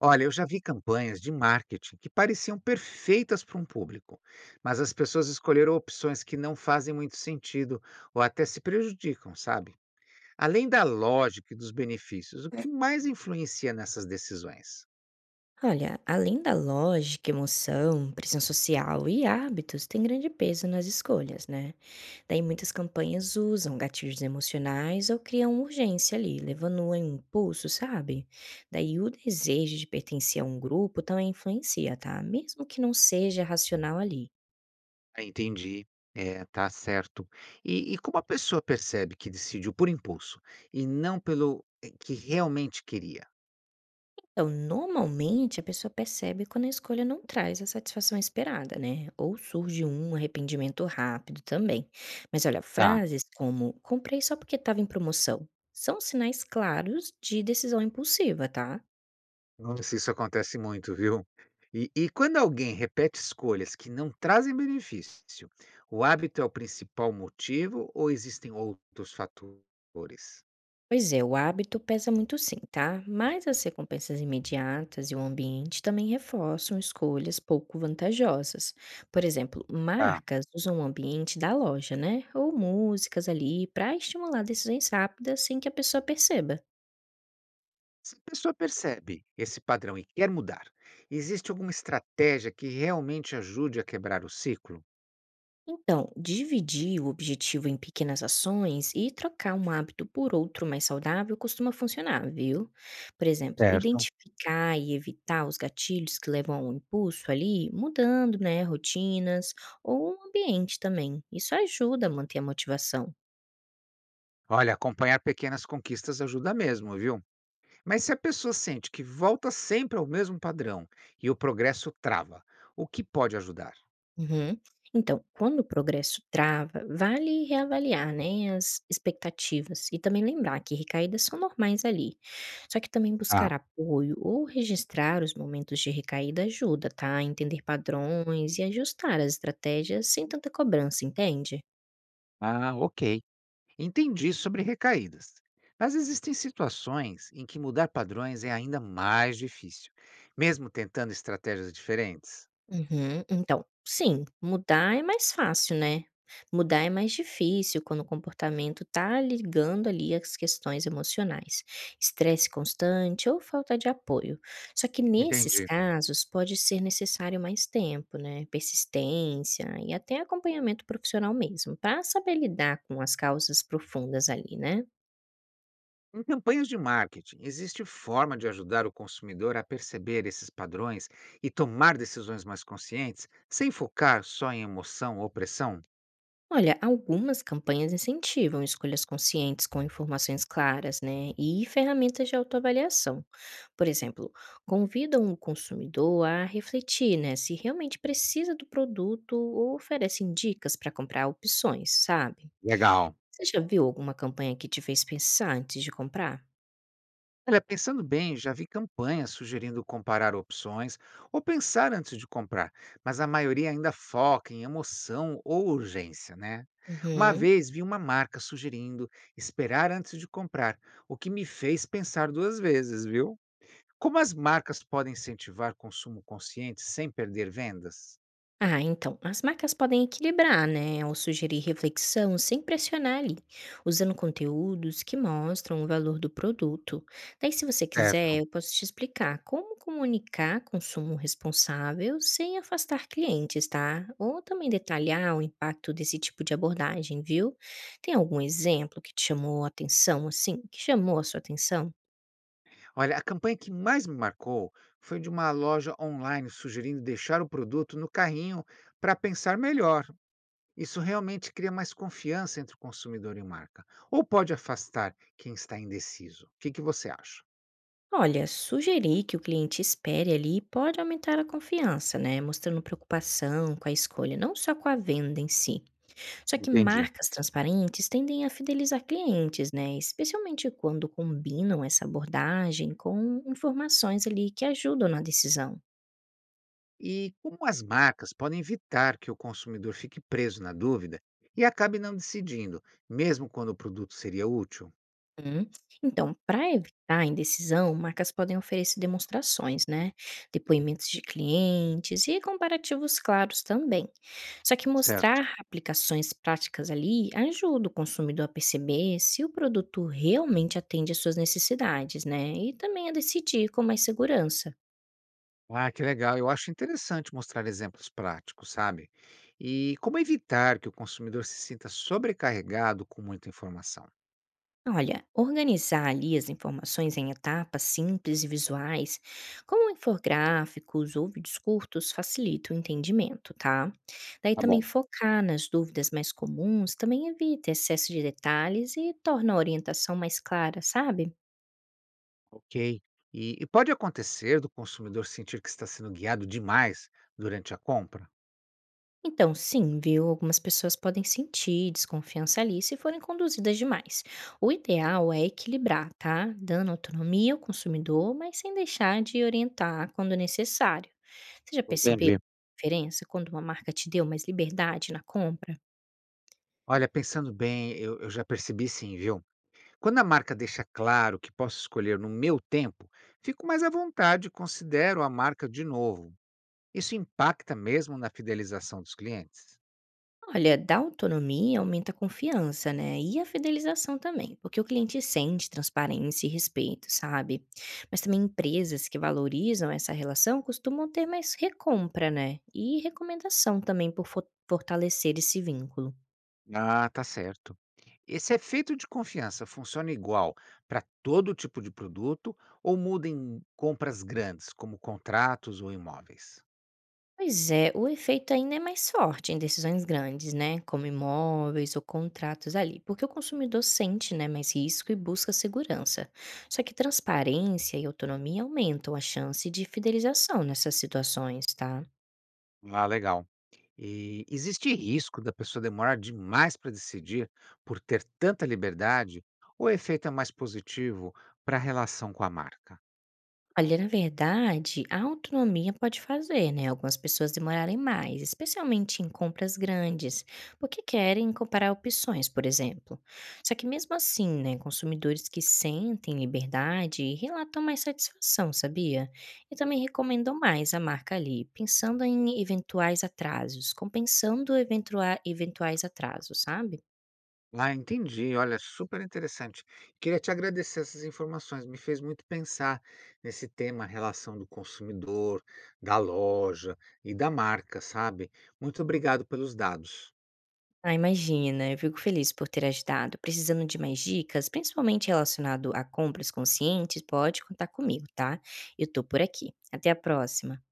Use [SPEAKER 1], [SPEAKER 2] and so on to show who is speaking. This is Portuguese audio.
[SPEAKER 1] Olha, eu já vi campanhas de marketing que pareciam perfeitas para um público, mas as pessoas escolheram opções que não fazem muito sentido ou até se prejudicam, sabe? Além da lógica e dos benefícios, o que mais influencia nessas decisões?
[SPEAKER 2] Olha, além da lógica, emoção, pressão social e hábitos, tem grande peso nas escolhas, né? Daí muitas campanhas usam gatilhos emocionais ou criam urgência ali, levando a um impulso, sabe? Daí o desejo de pertencer a um grupo também influencia, tá? Mesmo que não seja racional ali.
[SPEAKER 1] Ah, entendi. É, tá certo. E como a pessoa percebe que decidiu por impulso e não pelo que realmente queria?
[SPEAKER 2] Então, normalmente a pessoa percebe quando a escolha não traz a satisfação esperada, né? Ou surge um arrependimento rápido também. Mas olha,
[SPEAKER 1] Tá.
[SPEAKER 2] frases como comprei só porque estava em promoção são sinais claros de decisão impulsiva, tá?
[SPEAKER 1] Nossa, isso acontece muito, viu? E quando alguém repete escolhas que não trazem benefício, o hábito é o principal motivo ou existem outros fatores?
[SPEAKER 2] Pois é, o hábito pesa muito sim, tá? Mas as recompensas imediatas e o ambiente também reforçam escolhas pouco vantajosas. Por exemplo,
[SPEAKER 1] Ah,
[SPEAKER 2] marcas usam o ambiente da loja, né? Ou músicas ali para estimular decisões rápidas sem que a pessoa perceba.
[SPEAKER 1] se a pessoa percebe esse padrão e quer mudar, existe alguma estratégia que realmente ajude a quebrar o ciclo?
[SPEAKER 2] Então, dividir o objetivo em pequenas ações e trocar um hábito por outro mais saudável costuma funcionar, viu? Por exemplo,
[SPEAKER 1] Certo.
[SPEAKER 2] identificar e evitar os gatilhos que levam ao impulso ali, mudando, né, rotinas ou o ambiente também. Isso ajuda a manter a motivação.
[SPEAKER 1] Olha, acompanhar pequenas conquistas ajuda mesmo, viu? Mas se a pessoa sente que volta sempre ao mesmo padrão e o progresso trava, o que pode ajudar?
[SPEAKER 2] Uhum. Então, quando o progresso trava, vale reavaliar, né, as expectativas e também lembrar que recaídas são normais ali. Só que também
[SPEAKER 1] Ah,
[SPEAKER 2] buscar apoio ou registrar os momentos de recaída ajuda, tá? A entender padrões e ajustar as estratégias sem tanta cobrança, entende?
[SPEAKER 1] ah, ok. Entendi sobre recaídas, mas existem situações em que mudar padrões é ainda mais difícil, mesmo tentando estratégias diferentes.
[SPEAKER 2] Uhum. Então, sim, mudar é mais fácil, né? Mudar é mais difícil quando o comportamento tá ligando ali as questões emocionais, estresse constante ou falta de apoio. Só que nesses
[SPEAKER 1] Entendi.
[SPEAKER 2] casos pode ser necessário mais tempo, né? Persistência e até acompanhamento profissional mesmo, para saber lidar com as causas profundas ali, né?
[SPEAKER 1] Em campanhas de marketing, existe forma de ajudar o consumidor a perceber esses padrões e tomar decisões mais conscientes, sem focar só em emoção ou pressão?
[SPEAKER 2] Olha, algumas campanhas incentivam escolhas conscientes com informações claras, né, e ferramentas de autoavaliação. Por exemplo, convidam o consumidor a refletir, né, se realmente precisa do produto ou oferecem dicas para comprar opções, sabe?
[SPEAKER 1] Legal.
[SPEAKER 2] Você já viu alguma campanha que te fez pensar antes de comprar?
[SPEAKER 1] Olha, pensando bem, já vi campanhas sugerindo comparar opções ou pensar antes de comprar, mas a maioria ainda foca em emoção ou urgência, né? Uma
[SPEAKER 2] Uhum.
[SPEAKER 1] vez vi uma marca sugerindo esperar antes de comprar, o que me fez pensar duas vezes, viu? Como as marcas podem incentivar consumo consciente sem perder vendas?
[SPEAKER 2] Ah, então, as marcas podem equilibrar, né, ao sugerir reflexão sem pressionar ali, usando conteúdos que mostram o valor do produto. Daí, se você quiser,
[SPEAKER 1] Certo.
[SPEAKER 2] eu posso te explicar como comunicar consumo responsável sem afastar clientes, tá? Ou também detalhar o impacto desse tipo de abordagem, viu? Tem algum exemplo que te chamou a atenção, assim, que chamou a sua atenção?
[SPEAKER 1] Olha, a campanha que mais me marcou foi de uma loja online sugerindo deixar o produto no carrinho para pensar melhor. Isso realmente cria mais confiança entre o consumidor e marca, ou pode afastar quem está indeciso? O que que você acha?
[SPEAKER 2] Olha, sugerir que o cliente espere ali pode aumentar a confiança, né? Mostrando preocupação com a escolha, não só com a venda em si. Só que
[SPEAKER 1] Entendi.
[SPEAKER 2] marcas transparentes tendem a fidelizar clientes, né? Especialmente quando combinam essa abordagem com informações ali que ajudam na decisão.
[SPEAKER 1] E como as marcas podem evitar que o consumidor fique preso na dúvida e acabe não decidindo, mesmo quando o produto seria útil?
[SPEAKER 2] Hum? Então, para evitar a indecisão, marcas podem oferecer demonstrações, né? Depoimentos de clientes e comparativos claros também. Só que
[SPEAKER 1] Certo.
[SPEAKER 2] mostrar aplicações práticas ali ajuda o consumidor a perceber se o produto realmente atende às suas necessidades, né? E também a decidir com mais segurança.
[SPEAKER 1] Ah, que legal! Eu acho interessante mostrar exemplos práticos, sabe? E como evitar que o consumidor se sinta sobrecarregado com muita informação?
[SPEAKER 2] Olha, organizar ali as informações em etapas simples e visuais, como infográficos ou vídeos curtos, facilita o entendimento, tá? Daí
[SPEAKER 1] Tá
[SPEAKER 2] também
[SPEAKER 1] bom.
[SPEAKER 2] focar nas dúvidas mais comuns também evita excesso de detalhes e torna a orientação mais clara, sabe?
[SPEAKER 1] Ok. E pode acontecer do consumidor sentir que está sendo guiado demais durante a compra?
[SPEAKER 2] Então, sim, viu? Algumas pessoas podem sentir desconfiança ali se forem conduzidas demais. O ideal é equilibrar, tá? Dando autonomia ao consumidor, mas sem deixar de orientar quando necessário. Você já percebeu
[SPEAKER 1] Entendi.
[SPEAKER 2] a diferença quando uma marca te deu mais liberdade na compra?
[SPEAKER 1] Olha, pensando bem, eu já percebi sim, viu? Quando a marca deixa claro que posso escolher no meu tempo, fico mais à vontade e considero a marca de novo. Isso impacta mesmo na fidelização dos clientes?
[SPEAKER 2] Olha, dá autonomia, aumenta a confiança, né? E a fidelização também, porque o cliente sente transparência e respeito, sabe? Mas também empresas que valorizam essa relação costumam ter mais recompra, né? E recomendação também por fortalecer esse vínculo.
[SPEAKER 1] Ah, tá certo. Esse efeito de confiança funciona igual para todo tipo de produto ou muda em compras grandes, como contratos ou imóveis?
[SPEAKER 2] Pois é, o efeito ainda é mais forte em decisões grandes, né, como imóveis ou contratos ali, porque o consumidor sente, né, mais risco e busca segurança. Só que transparência e autonomia aumentam a chance de fidelização nessas situações, tá?
[SPEAKER 1] Ah, legal. E existe risco da pessoa demorar demais para decidir por ter tanta liberdade? Ou o efeito é mais positivo para a relação com a marca?
[SPEAKER 2] Olha, na verdade, a autonomia pode fazer, né, algumas pessoas demorarem mais, especialmente em compras grandes, porque querem comparar opções, por exemplo. Só que mesmo assim, né, consumidores que sentem liberdade relatam mais satisfação, sabia? E também recomendam mais a marca ali, pensando em eventuais atrasos, compensando eventuais atrasos, sabe?
[SPEAKER 1] Ah, entendi. Olha, super interessante. Queria te agradecer essas informações. Me fez muito pensar nesse tema, a relação do consumidor, da loja e da marca, sabe? Muito obrigado pelos dados.
[SPEAKER 2] Ah, imagina, né, eu fico feliz por ter ajudado. Precisando de mais dicas, principalmente relacionado a compras conscientes, pode contar comigo, tá? Eu tô por aqui. Até a próxima.